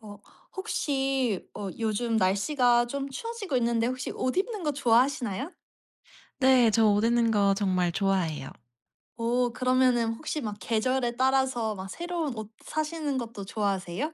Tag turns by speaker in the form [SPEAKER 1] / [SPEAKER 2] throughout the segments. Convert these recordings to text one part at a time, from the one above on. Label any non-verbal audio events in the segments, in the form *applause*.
[SPEAKER 1] 어 혹시 요즘 날씨가 좀 추워지고 있는데 혹시 옷 입는 거 좋아하시나요?
[SPEAKER 2] 네. 저 옷 입는 거 정말 좋아해요.
[SPEAKER 1] 오, 그러면은 혹시 막 계절에 따라서 막 새로운 옷 사시는 것도 좋아하세요?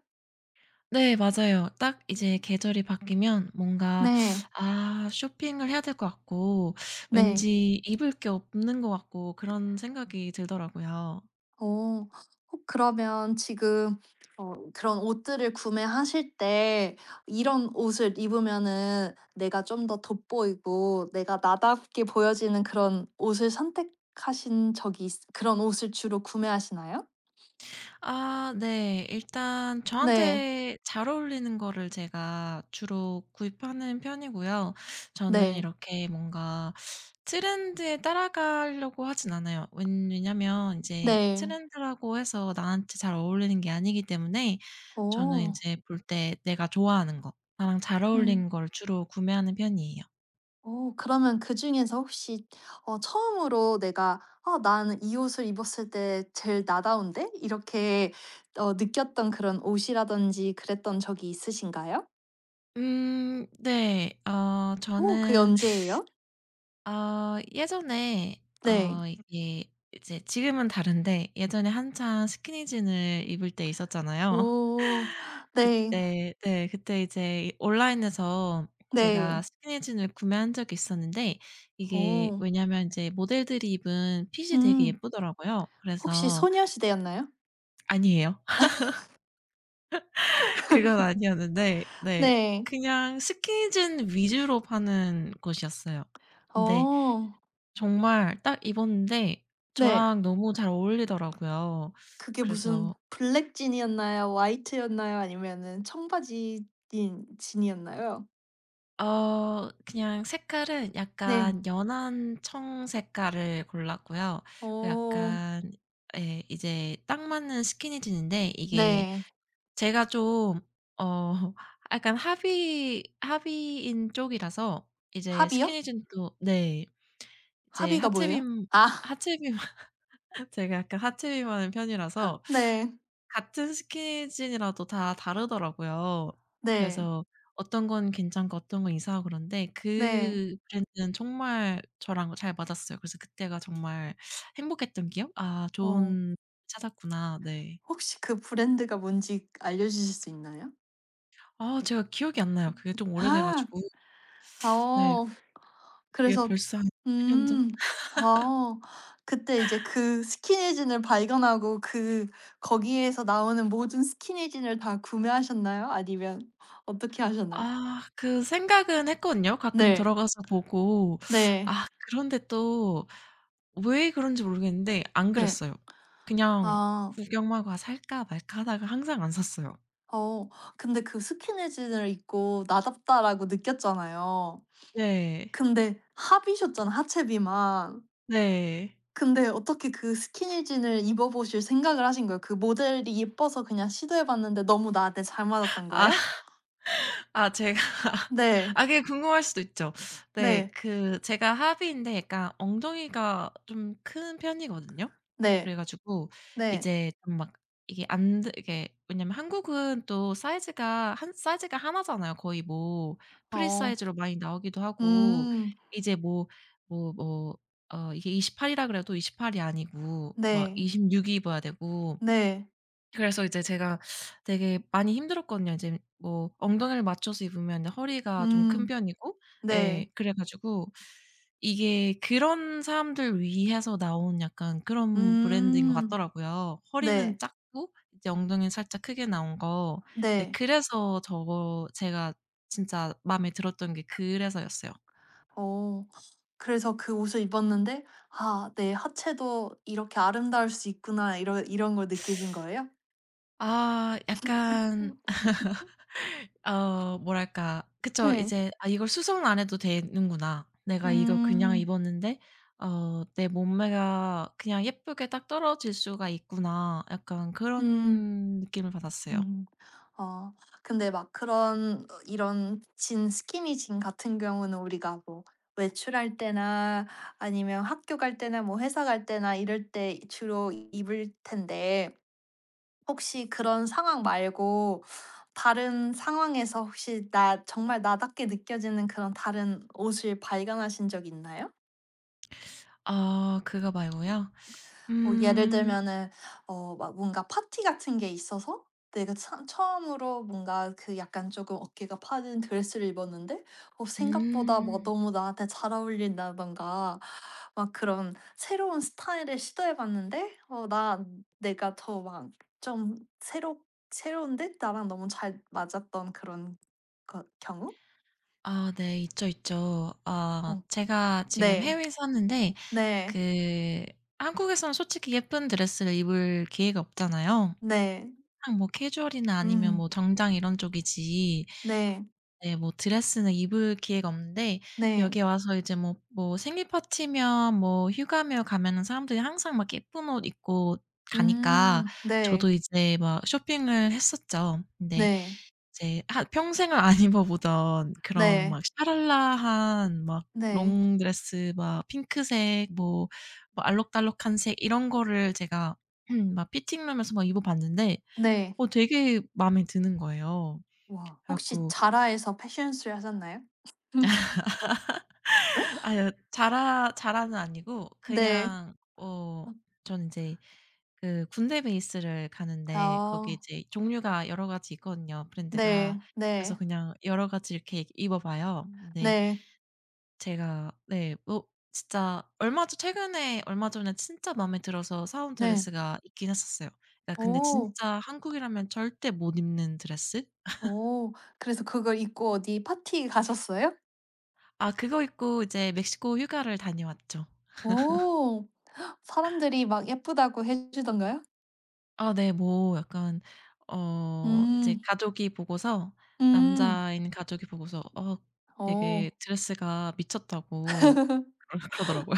[SPEAKER 2] 네 맞아요. 딱 이제 계절이 바뀌면 뭔가
[SPEAKER 1] 네.
[SPEAKER 2] 아 쇼핑을 해야 될 것 같고
[SPEAKER 1] 네.
[SPEAKER 2] 왠지 입을 게 없는 것 같고 그런 생각이 들더라고요.
[SPEAKER 1] 어. 혹 그러면 지금 그런 옷들을 구매하실 때 이런 옷을 입으면은 내가 좀 더 돋보이고 내가 나답게 보여지는 그런 옷을 선택하신 적이 있 그런 옷을 주로 구매하시나요?
[SPEAKER 2] 아 네. 일단
[SPEAKER 1] 네.
[SPEAKER 2] 저한테 잘 어울리는 거를 제가 주로 구입하는 편이고요. 저는
[SPEAKER 1] 네.
[SPEAKER 2] 이렇게 뭔가 트렌드에 따라가려고 하진 않아요. 웬 왜냐면 이제
[SPEAKER 1] 네.
[SPEAKER 2] 트렌드라고 해서 나한테 잘 어울리는 게 아니기 때문에 저는 이
[SPEAKER 1] 오.
[SPEAKER 2] 제 볼 때 내가 좋아하는 거, 나랑 잘
[SPEAKER 1] 음.
[SPEAKER 2] 어울리는 걸 주로 구매하는 편이에요.
[SPEAKER 1] 오, 그러면 그중에서 혹시 처음으로 내가 '아 나는 이 옷을 입었을 때 제일 나다운데?' 이렇게 느꼈던 그런 옷이라든지 그랬던 적이 있으신가요?
[SPEAKER 2] 네. 어
[SPEAKER 1] 오, 그게
[SPEAKER 2] 저는
[SPEAKER 1] 언제예요?
[SPEAKER 2] 어 예전에
[SPEAKER 1] 네.
[SPEAKER 2] 이게 이제 지금은 다른데 예전에 한창 스키니진을 입을 때 있었잖아요.
[SPEAKER 1] 오.
[SPEAKER 2] *laughs*
[SPEAKER 1] 네.
[SPEAKER 2] 그때 네 그때 이제 온라인에서 제가
[SPEAKER 1] 네.
[SPEAKER 2] 스키니진을 구매한 적이 있었는데 이게
[SPEAKER 1] 오.
[SPEAKER 2] 왜냐면 이제 모델들이 입은 핏이 되게
[SPEAKER 1] 음.
[SPEAKER 2] 예쁘더라고요.
[SPEAKER 1] 혹시
[SPEAKER 2] 그래서
[SPEAKER 1] 소녀시대였나요?
[SPEAKER 2] 아니에요. *laughs* 그건 아니었는데 네
[SPEAKER 1] 네.
[SPEAKER 2] 그냥 스키니진 위주로 파는 곳이었어요. 네.
[SPEAKER 1] 어.
[SPEAKER 2] 정말 딱 입었는데
[SPEAKER 1] 네.
[SPEAKER 2] 저랑 너무 잘 어울리더라고요.
[SPEAKER 1] 그게 무슨
[SPEAKER 2] 그래서
[SPEAKER 1] 블랙 진이었나요? 화이트였나요? 아니면은 청바지 인 진이었나요?
[SPEAKER 2] 어 그냥 색깔은
[SPEAKER 1] 네.
[SPEAKER 2] 약간 연한 청 색깔을 골랐고요. 그
[SPEAKER 1] 어
[SPEAKER 2] 약간 예 이제 딱 맞는 스키니진인데 이게
[SPEAKER 1] 네.
[SPEAKER 2] 제가 좀 어 *laughs* 약간 하비인 쪽이라서 이제
[SPEAKER 1] 하비요?
[SPEAKER 2] 스키니진도 네. 이제
[SPEAKER 1] 하비가 뭐예요?
[SPEAKER 2] 하체빔
[SPEAKER 1] 아 *laughs*
[SPEAKER 2] 하체빔 *laughs* 제가 약간 하체빔 하는 편이라서
[SPEAKER 1] 네.
[SPEAKER 2] 같은 스킨이라도 다 다르더라고요.
[SPEAKER 1] 네.
[SPEAKER 2] 그래서 어떤 건 괜찮고 어떤 건 이상하고 그런데
[SPEAKER 1] 네.
[SPEAKER 2] 그 브랜드는 정말 저랑 잘 맞았어요. 그래서 그때가 정말 행복했던 기억? '아
[SPEAKER 1] 어
[SPEAKER 2] 좋은 찾았구나.' 네.
[SPEAKER 1] 혹시 그 브랜드가 뭔지 알려 주실 수 있나요?
[SPEAKER 2] 아 제가 기억이 안 나요. 그게 좀 오래돼
[SPEAKER 1] 아.
[SPEAKER 2] 가지고.
[SPEAKER 1] 아
[SPEAKER 2] 네.
[SPEAKER 1] 어.
[SPEAKER 2] 그게
[SPEAKER 1] 그래서
[SPEAKER 2] 벌써 한 7년 전?
[SPEAKER 1] 음. 아. 그때 이제 그 스키니진을 발견하고 그 거기에서 나오는 모든 스키니진을 다 구매하셨나요? 아니면 어떻게 하셨나요?
[SPEAKER 2] 아 그 생각은 했거든요. 가끔
[SPEAKER 1] 네.
[SPEAKER 2] 들어가서 보고.
[SPEAKER 1] 네.
[SPEAKER 2] 아 그런데 또 왜 그런지 모르겠는데 안
[SPEAKER 1] 네.
[SPEAKER 2] 그랬어요. 그냥
[SPEAKER 1] 아.
[SPEAKER 2] 구경하고 '아 살까 말까.' 하다가 항상 안 샀어요.
[SPEAKER 1] 어. 근데 그 스키니진을 입고 '나답다.'라고 느꼈잖아요.
[SPEAKER 2] 네.
[SPEAKER 1] 근데 합이셨잖아 하체비만.
[SPEAKER 2] 네.
[SPEAKER 1] 근데 어떻게 그 스키니진을 입어 보실 생각을 하신 거예요? 그 모델이 예뻐서 그냥 시도해 봤는데 너무 나한테 잘 맞았던
[SPEAKER 2] 아.
[SPEAKER 1] 거예요?
[SPEAKER 2] 아 제가 *laughs*
[SPEAKER 1] 네.
[SPEAKER 2] 아 그게 궁금할 수도 있죠. 네.
[SPEAKER 1] 네.
[SPEAKER 2] 그 제가 하비인데 약간 엉덩이가 좀 큰 편이거든요.
[SPEAKER 1] 네.
[SPEAKER 2] 그래 가지고
[SPEAKER 1] 네.
[SPEAKER 2] 이제 좀 막 이게 안 드 이게 왜냐면 한국은 또 사이즈가 한 사이즈가 하나잖아요. 거의 뭐 프리
[SPEAKER 1] 어.
[SPEAKER 2] 사이즈로 많이 나오기도 하고
[SPEAKER 1] 음.
[SPEAKER 2] 이제 뭐 어 이게 28 이라 그래도 28이 아니고 막
[SPEAKER 1] 네.
[SPEAKER 2] 26이 입어야 되고
[SPEAKER 1] 네.
[SPEAKER 2] 그래서 이제 제가 되게 많이 힘들었거든요. 이제 뭐 엉덩이를 맞춰서 입으면 허리가 좀 큰
[SPEAKER 1] 음.
[SPEAKER 2] 편이고 예
[SPEAKER 1] 네.
[SPEAKER 2] 그래 가지고 이게 그런 사람들 위해서 나온 약간 그런 브랜드인 것
[SPEAKER 1] 음.
[SPEAKER 2] 같더라고요. 허리는
[SPEAKER 1] 네.
[SPEAKER 2] 작고 이제 엉덩이는 살짝 크게 나온 거. 네
[SPEAKER 1] 네.
[SPEAKER 2] 그래서 제가 진짜 마음에 들었던 게 그래서였어요.
[SPEAKER 1] 어. 그래서 그 옷을 입었는데 '아 내 하체도 이렇게 아름다울 수 있구나.' 이런 걸 느끼신 거예요?
[SPEAKER 2] 아 약간 어 뭐랄까 그쵸.
[SPEAKER 1] 네.
[SPEAKER 2] 이제 '아 이걸 수정을 안 해도 되는구나. 내가 이걸 그냥
[SPEAKER 1] 음.
[SPEAKER 2] 입었는데 어 내 몸매가 그냥 예쁘게 딱 떨어질 수가 있구나.' 약간
[SPEAKER 1] 음.
[SPEAKER 2] 그런 느낌을 받았어요.
[SPEAKER 1] 음. 어 근데 막 그런 이런 진 스키니진 같은 경우는 우리가 뭐 외출할 때나 아니면 학교 갈 때나 뭐 회사 갈 때나 이럴 때 주로 입을 텐데 혹시 그런 상황 말고 다른 상황에서 혹시 나 정말 나답게 느껴지는 그런 다른 옷을 발견하신 적 있나요?
[SPEAKER 2] 아 그거 말고요?
[SPEAKER 1] 뭐 예를
[SPEAKER 2] 음.
[SPEAKER 1] 들면은 막 뭔가 파티 같은 게 있어서 내가 참 처음으로 뭔가 그 약간 조금 어깨가 파진 드레스를 입었는데 생각보다 뭐
[SPEAKER 2] 음.
[SPEAKER 1] 너무 나한테 잘 어울린다던가 막 그런 새로운 스타일을 시도해 봤는데 어 나 내가 더 막 좀 새롭 새로운 데 나랑 너무 잘 맞았던 그런 거 경우?
[SPEAKER 2] 아 네. 있죠, 있죠. 아
[SPEAKER 1] 어
[SPEAKER 2] 제가 지금
[SPEAKER 1] 네.
[SPEAKER 2] 해외에 사는데
[SPEAKER 1] 네.
[SPEAKER 2] 그 한국에서는 솔직히 예쁜 드레스를 입을 기회가 없잖아요.
[SPEAKER 1] 네.
[SPEAKER 2] 그냥 뭐 캐주얼이나 아니면
[SPEAKER 1] 음.
[SPEAKER 2] 뭐 정장 이런 쪽이지
[SPEAKER 1] 네.
[SPEAKER 2] 네. 뭐 드레스는 입을 기회가 없는데
[SPEAKER 1] 네.
[SPEAKER 2] 여기 와서 이제 뭐 생일 파티며 뭐 휴가며 가면은 사람들이 항상 막 예쁜 옷 입고 가니까
[SPEAKER 1] 음. 네.
[SPEAKER 2] 저도 이제 막 쇼핑을 했었죠. 근데
[SPEAKER 1] 네.
[SPEAKER 2] 이제 하 평생을 안 *laughs* 입어 보던 그런
[SPEAKER 1] 네.
[SPEAKER 2] 막 샤랄라한 막
[SPEAKER 1] 네.
[SPEAKER 2] 롱드레스 막 핑크색 뭐 알록달록한 색 이런 거를 제가 *clears throat* 막 피팅룸에서 막 입어 봤는데
[SPEAKER 1] 네.
[SPEAKER 2] 어 되게 마음에 드는 거예요.
[SPEAKER 1] 와.
[SPEAKER 2] 그래
[SPEAKER 1] 혹시
[SPEAKER 2] 갖고
[SPEAKER 1] 자라에서 패션쇼 하셨나요? *laughs*
[SPEAKER 2] 아유 자라는 아니고
[SPEAKER 1] 네.
[SPEAKER 2] 그냥 어
[SPEAKER 1] 아
[SPEAKER 2] 저는 인제 그 군대 베이스를 가는데 거기
[SPEAKER 1] 아.
[SPEAKER 2] 이제 종류가 여러 가지 있거든요, 브랜드가.
[SPEAKER 1] 네.
[SPEAKER 2] 그래서
[SPEAKER 1] 네.
[SPEAKER 2] 그냥 여러 가지 이렇게 입어 봐요. 근데
[SPEAKER 1] 네.
[SPEAKER 2] 제가 네 뭐 진짜 얼마 전 최근에 얼마 전에 진짜 마음에 들어서 사온
[SPEAKER 1] 네.
[SPEAKER 2] 드레스가 있긴 했었어요. 그러니까 근데
[SPEAKER 1] 오.
[SPEAKER 2] 진짜 한국이라면 절대 못 입는 드레스?
[SPEAKER 1] 오. 그래서 그걸 입고 어디 파티 가셨어요?
[SPEAKER 2] 아 그거 입고 이제 멕시코 휴가를 다녀왔죠.
[SPEAKER 1] 오. 사람들이 막 예쁘다고 해 주던가요?
[SPEAKER 2] 아 네. 뭐 약간 어 이제
[SPEAKER 1] 음.
[SPEAKER 2] 가족이 보고서
[SPEAKER 1] 음.
[SPEAKER 2] 남자인 가족이 보고서 어
[SPEAKER 1] 어.
[SPEAKER 2] 되게 드레스가 미쳤다고 그러 *laughs* 그러더라고요.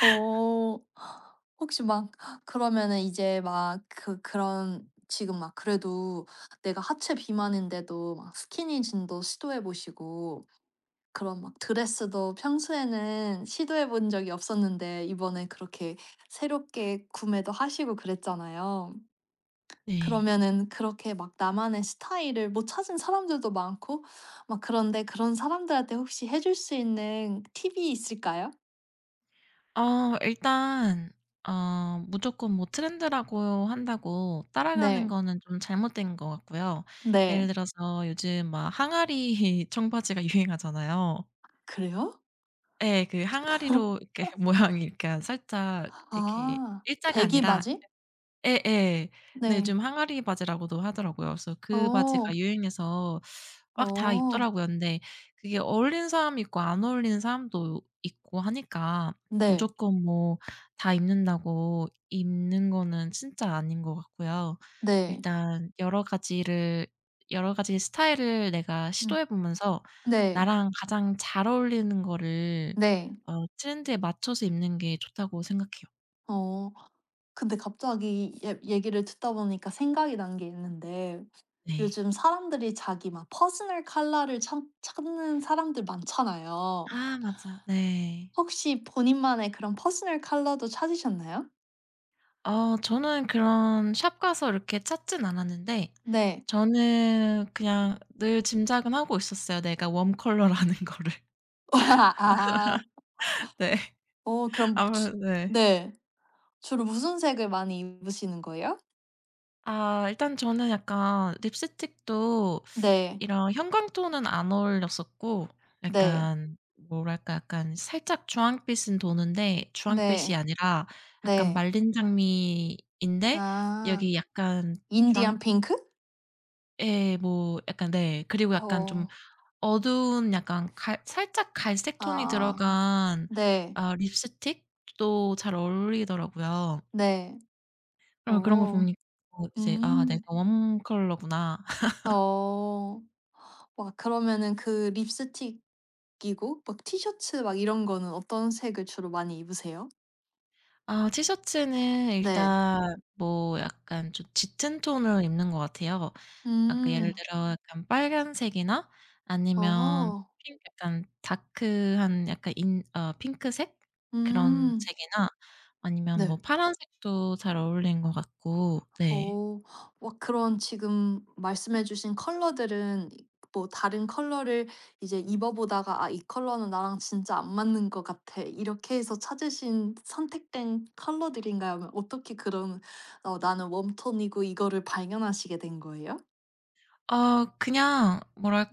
[SPEAKER 1] 어. 혹시 막 그러면은 이제 막 그런 지금 막 그래도 내가 하체 비만인데도 막 스키니진도 시도해 보시고 그런 막 드레스도 평소에는 시도해 본 적이 없었는데 이번에 그렇게 새롭게 구매도 하시고 그랬잖아요.
[SPEAKER 2] 네.
[SPEAKER 1] 그러면은 그렇게 막 나만의 스타일을 못 찾은 사람들도 많고 막 그런데 그런 사람들한테 혹시 해줄 수 있는 팁이 있을까요?
[SPEAKER 2] 어 일단 어 무조건 뭐 트렌드라고 한다고 따라가는
[SPEAKER 1] 네.
[SPEAKER 2] 거는 좀 잘못된 것 같고요. 예를
[SPEAKER 1] 네.
[SPEAKER 2] 들어서 요즘 막 항아리 *laughs* 청바지가 유행하잖아요.
[SPEAKER 1] 그래요?
[SPEAKER 2] 예. 그 항아리로 이렇게 *laughs* 모양이 이렇게 살짝 이렇게
[SPEAKER 1] 아.
[SPEAKER 2] 일자가 아니라
[SPEAKER 1] 백이바지?
[SPEAKER 2] 예예. 네
[SPEAKER 1] 네.
[SPEAKER 2] 요즘 항아리 바지라고도 하더라고요. 그래서 그 바지가
[SPEAKER 1] 어.
[SPEAKER 2] 유행해서 막 다
[SPEAKER 1] 어.
[SPEAKER 2] 입더라고요. 근데 그게 어울리는 사람이 있고 안 어울리는 사람도 있고 하니까
[SPEAKER 1] 네.
[SPEAKER 2] 무조건 뭐 다 입는다고 입는 거는 진짜 아닌 것 같고요.
[SPEAKER 1] 네.
[SPEAKER 2] 일단 여러 가지 스타일을 내가
[SPEAKER 1] 음.
[SPEAKER 2] 시도해 보면서
[SPEAKER 1] 네.
[SPEAKER 2] 나랑 가장 잘 어울리는 거를
[SPEAKER 1] 네.
[SPEAKER 2] 어 트렌드에 맞춰서 입는 게 좋다고 생각해요.
[SPEAKER 1] 어. 근데 갑자기 얘 얘기를 듣다 보니까 생각이 난 게 있는데
[SPEAKER 2] 네.
[SPEAKER 1] 요즘 사람들이 자기 막 퍼스널 컬러를 참 찾는 사람들 많잖아요.
[SPEAKER 2] 아 맞아. 네.
[SPEAKER 1] 혹시 본인만의 그런 퍼스널 컬러도 찾으셨나요?
[SPEAKER 2] 어 저는 그런 샵 가서 이렇게 찾진 않았는데
[SPEAKER 1] 네.
[SPEAKER 2] 저는 그냥 늘 짐작은 하고 있었어요, 내가 웜 컬러라는 *laughs* 거를.
[SPEAKER 1] *laughs* 아.
[SPEAKER 2] 네.
[SPEAKER 1] 그럼 주
[SPEAKER 2] 아무래도 네.
[SPEAKER 1] 네. 주로 무슨 색을 많이 입으시는 거예요?
[SPEAKER 2] 아 일단 저는 약간 립스틱도
[SPEAKER 1] 네.
[SPEAKER 2] 이런 형광톤은 안 어울렸었고
[SPEAKER 1] 네.
[SPEAKER 2] 약간 뭐랄까 약간 살짝 주황빛은 도는데 주황빛이
[SPEAKER 1] 네.
[SPEAKER 2] 아니라 약간
[SPEAKER 1] 네.
[SPEAKER 2] 말린 장미인데
[SPEAKER 1] 아.
[SPEAKER 2] 여기 약간
[SPEAKER 1] 인디안
[SPEAKER 2] 주황
[SPEAKER 1] 핑크?
[SPEAKER 2] 예 뭐 약간 네. 그리고 약간 좀
[SPEAKER 1] 어.
[SPEAKER 2] 어두운 약간 갈 살짝 갈색 톤이
[SPEAKER 1] 아.
[SPEAKER 2] 들어간
[SPEAKER 1] 네.
[SPEAKER 2] 아 립스틱도 잘 어울리더라고요.
[SPEAKER 1] 네.
[SPEAKER 2] 어 그런 거
[SPEAKER 1] 오.
[SPEAKER 2] 보니 어 이제 '아 내가
[SPEAKER 1] 음.
[SPEAKER 2] 웜 컬러구나.'
[SPEAKER 1] 어. 와 그러면은 그 립스틱이고 막 티셔츠 막 이런 거는 어떤 색을 주로 많이 입으세요?
[SPEAKER 2] 아 티셔츠는
[SPEAKER 1] 네.
[SPEAKER 2] 일단 뭐 약간 좀 짙은 톤을 입는 것 같아요. 아까 예를
[SPEAKER 1] 음.
[SPEAKER 2] 들어 약간 빨간색이나 아니면
[SPEAKER 1] 어.
[SPEAKER 2] 핑 약간 다크한 약간 인 어 핑크색 그런
[SPEAKER 1] 음.
[SPEAKER 2] 색이나 아니면
[SPEAKER 1] 네.
[SPEAKER 2] 뭐 파란색도 잘 어울리는 것 같고 네.
[SPEAKER 1] 어. 와 그런 지금 말씀해 주신 컬러들은 뭐 다른 컬러를 이제 입어 보다가 '아 이 컬러는 나랑 진짜 안 맞는 것 같아.' 이렇게 해서 찾으신 선택된 컬러들인가요? 아니면 어떻게 그런 '나는 웜톤이고.' 이거를 발견하시게 된 거예요?
[SPEAKER 2] 아 그냥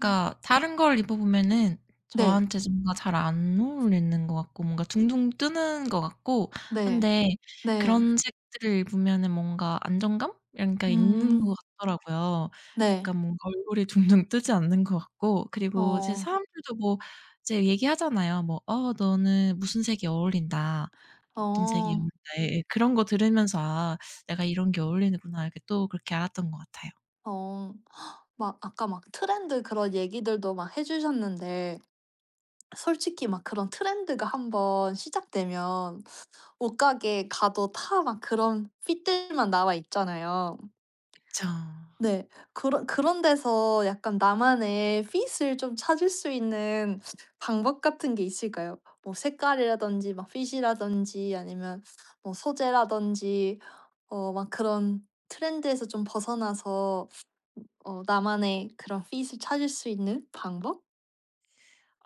[SPEAKER 1] 음.
[SPEAKER 2] 다른 걸 입어 보면은
[SPEAKER 1] 네.
[SPEAKER 2] 저한테 뭔가 잘 안 어울리는 것 같고 뭔가 둥둥 뜨는 것 같고
[SPEAKER 1] 네.
[SPEAKER 2] 한데
[SPEAKER 1] 네.
[SPEAKER 2] 그런 색들을 입으면은 뭔가 안정감? 이런 게 있는
[SPEAKER 1] 음.
[SPEAKER 2] 것 같더라고요.
[SPEAKER 1] 네.
[SPEAKER 2] 약간 뭔가 얼굴이 *laughs* 둥둥 뜨지 않는 것 같고 그리고 이제
[SPEAKER 1] 어.
[SPEAKER 2] 사람들도 뭐 이제 얘기하잖아요. 뭐 "어 너는 무슨 색이 어울린다. 어떤 색이
[SPEAKER 1] 어.
[SPEAKER 2] 어울린다." 예예. 그런 거 들으면서 '아 내가 이런 게 어울리는구나.' 이렇게 또 그렇게 알았던 것 같아요.
[SPEAKER 1] 어. 막 아까 막 트렌드 그런 얘기들도 막 해 주셨는데 솔직히 막 그런 트렌드가 한번 시작되면 옷가게 가도 다 막 그런 핏들만 나와 있잖아요.
[SPEAKER 2] 그쵸.
[SPEAKER 1] 네. 그런 데서 약간 나만의 핏을 좀 찾을 수 있는 방법 같은 게 있을까요? 뭐 색깔이라든지 막 핏이라든지 아니면 뭐 소재라든지 막 그런 트렌드에서 좀 벗어나서 나만의 그런 핏을 찾을 수 있는 방법?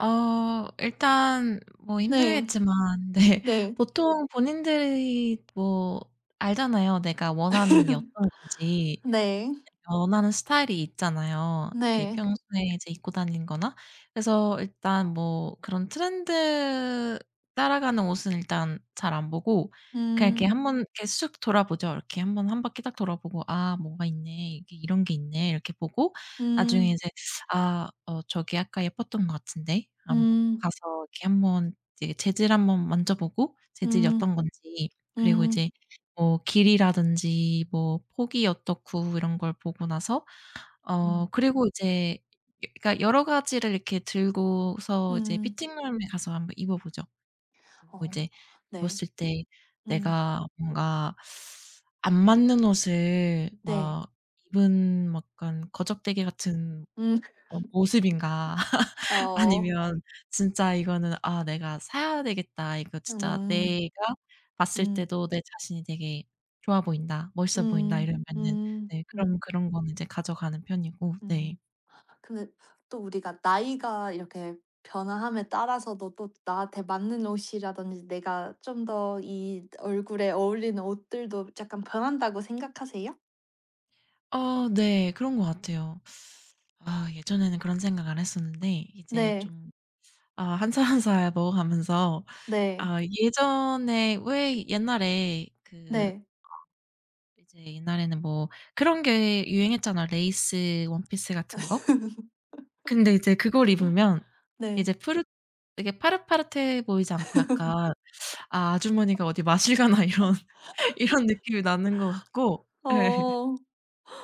[SPEAKER 2] 어 일단 뭐
[SPEAKER 1] 네.
[SPEAKER 2] 힘들겠지만 *laughs* 네
[SPEAKER 1] 네.
[SPEAKER 2] 보통 본인들이 뭐 알잖아요, 내가 원하는 게 어떤 건지.
[SPEAKER 1] *laughs* 네.
[SPEAKER 2] 원하는 스타일이 있잖아요. 이렇게
[SPEAKER 1] 네.
[SPEAKER 2] 평소에 이제 입고 다니는 거나. 그래서 일단 뭐 그런 트렌드 따라가는 옷은 일단 잘 안 보고 그냥 이렇게
[SPEAKER 1] 음.
[SPEAKER 2] 한번 이렇게 쑥 돌아보죠. 이렇게 한번 한 바퀴 딱 돌아보고 '아 뭐가 있네. 이게 이런 게 있네.' 이렇게 보고 나중에
[SPEAKER 1] 음.
[SPEAKER 2] 이제 '아 어 저게 아까 예뻤던 것 같은데.' 한번 꼭
[SPEAKER 1] 음.
[SPEAKER 2] 가서 이렇게 한번 이제 재질 한번 만져보고 재질이
[SPEAKER 1] 음.
[SPEAKER 2] 어떤 건지 그리고
[SPEAKER 1] 음.
[SPEAKER 2] 이제 뭐 길이라든지 뭐 폭이 어떻고 이런 걸 보고 나서 어
[SPEAKER 1] 음.
[SPEAKER 2] 그리고 이제 여 그러니까 여러 가지를 이렇게 들고서 이제
[SPEAKER 1] 음.
[SPEAKER 2] 피팅룸에 가서 한번 입어 보죠. 그리고
[SPEAKER 1] 어.
[SPEAKER 2] 이제
[SPEAKER 1] 네.
[SPEAKER 2] 입었을 때
[SPEAKER 1] 음.
[SPEAKER 2] 내가 뭔가 안 맞는 옷을
[SPEAKER 1] 네.
[SPEAKER 2] 막 입은 막 약간 거적대기 같은
[SPEAKER 1] 음. *laughs*
[SPEAKER 2] 어 모습인가
[SPEAKER 1] 어.
[SPEAKER 2] 아니면 진짜 이거는 '아 내가 사야 되겠다. 이거 진짜
[SPEAKER 1] 음.
[SPEAKER 2] 내가 봤을
[SPEAKER 1] 음.
[SPEAKER 2] 때도 내 자신이 되게 좋아 보인다. 멋있어 보인다.'
[SPEAKER 1] 음.
[SPEAKER 2] 이러면은
[SPEAKER 1] 음.
[SPEAKER 2] 네 그럼
[SPEAKER 1] 음.
[SPEAKER 2] 그런 거는 이제 가져가는 편이고 네.
[SPEAKER 1] 음. 근데 또 우리가 나이가 이렇게 변화함에 따라서도 또 나한테 맞는 옷이라든지 내가 좀 더 이 얼굴에 어울리는 옷들도 약간 변한다고 생각하세요?
[SPEAKER 2] 어 네. 그런 것 같아요. 아 예전에는 그런 생각 안 했었는데 이제
[SPEAKER 1] 네.
[SPEAKER 2] 좀 아 한살 한살 먹어가면서
[SPEAKER 1] 네.
[SPEAKER 2] 아 예전에 왜 옛날에 그
[SPEAKER 1] 네.
[SPEAKER 2] 이제 옛날에는 뭐 그런 게 유행했잖아요. 레이스 원피스 같은 거?
[SPEAKER 1] *laughs*
[SPEAKER 2] 근데 이제 그걸 입으면
[SPEAKER 1] 네.
[SPEAKER 2] 이제 푸르 되게 파릇파릇해 보이지 않고 약간 '아 아주머니가 어디 마실 가나.' *laughs* 이런 느낌이 나는 것 같고 예.
[SPEAKER 1] 어.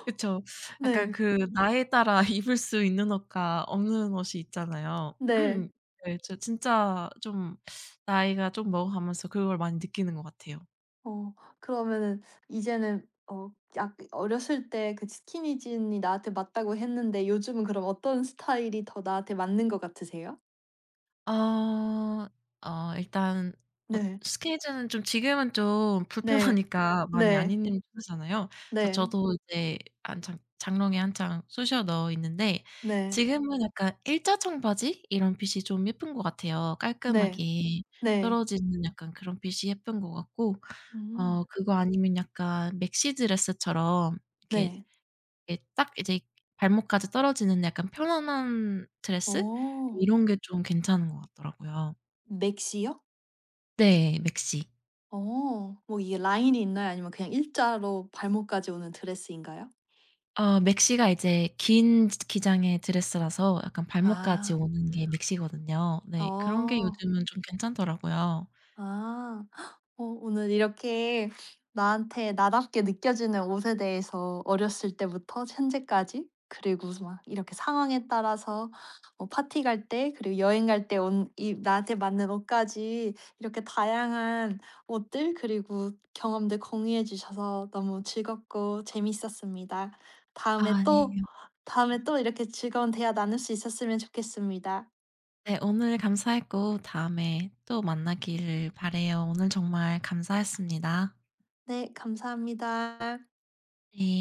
[SPEAKER 2] 그쵸. 약간
[SPEAKER 1] 네.
[SPEAKER 2] 그 나이에 따라 *laughs* 입을 수 있는 옷과 없는 옷이 있잖아요.
[SPEAKER 1] 네.
[SPEAKER 2] 네. 저 진짜 좀 나이가 좀 먹어가면서 그걸 많이 느끼는 것 같아요.
[SPEAKER 1] 어 그러면은 이제는 어 약 어렸을 때 그 스키니진이 나한테 맞다고 했는데 요즘은 그럼 어떤 스타일이 더 나한테 맞는 것 같으세요?
[SPEAKER 2] 어. 어 일단 어
[SPEAKER 1] 네.
[SPEAKER 2] 스케줄은 좀 지금은 좀
[SPEAKER 1] 네.
[SPEAKER 2] 불편하니까 많이 안
[SPEAKER 1] 네.
[SPEAKER 2] 있는 편이잖아요. 그래서
[SPEAKER 1] 네.
[SPEAKER 2] 저도 이제 한창 장롱에 한창 쑤셔 넣어 있는데
[SPEAKER 1] 네.
[SPEAKER 2] 지금은 약간 일자 청바지 이런 핏이 좀 예쁜 것 같아요.
[SPEAKER 1] 네.
[SPEAKER 2] 깔끔하게
[SPEAKER 1] 네.
[SPEAKER 2] 떨어지는 약간 그런 핏이 예쁜 것 같고
[SPEAKER 1] 음.
[SPEAKER 2] 어 그거 아니면 약간 맥시 드레스처럼 이렇게
[SPEAKER 1] 네.
[SPEAKER 2] 이게 딱 이제 발목까지 떨어지는 약간 편안한 드레스?
[SPEAKER 1] 어.
[SPEAKER 2] 이런 게 좀 괜찮은 것 같더라고요.
[SPEAKER 1] 맥시요?
[SPEAKER 2] 네. 맥시.
[SPEAKER 1] 어. 뭐 이게 라인이 있나요? 아니면 그냥 일자로 발목까지 오는 드레스인가요?
[SPEAKER 2] 어 맥시가 이제 긴 지 기장의 드레스라서 약간 발목까지
[SPEAKER 1] 아.
[SPEAKER 2] 오는 게 맥시거든요. 네. 그런 게
[SPEAKER 1] 어.
[SPEAKER 2] 요즘은 좀 괜찮더라고요.
[SPEAKER 1] 아. 오늘 이렇게 나한테 나답게 느껴지는 옷에 대해서 어렸을 때부터 현재까지 그리고 막 이렇게 상황에 따라서 뭐 파티 갈 때, 그리고 여행 갈 때 온 이 나한테 맞는 옷까지 이렇게 다양한 옷들 그리고 경험들 공유해 주셔서 너무 즐겁고 재밌었습니다. 다음에 또
[SPEAKER 2] 아니에요.
[SPEAKER 1] 다음에 또 이렇게 즐거운 대화 나눌 수 있었으면 좋겠습니다.
[SPEAKER 2] 네. 오늘 감사했고 다음에 또 만나기를 바라요. 오늘 정말 감사했습니다.
[SPEAKER 1] 네, 감사합니다.
[SPEAKER 2] 네.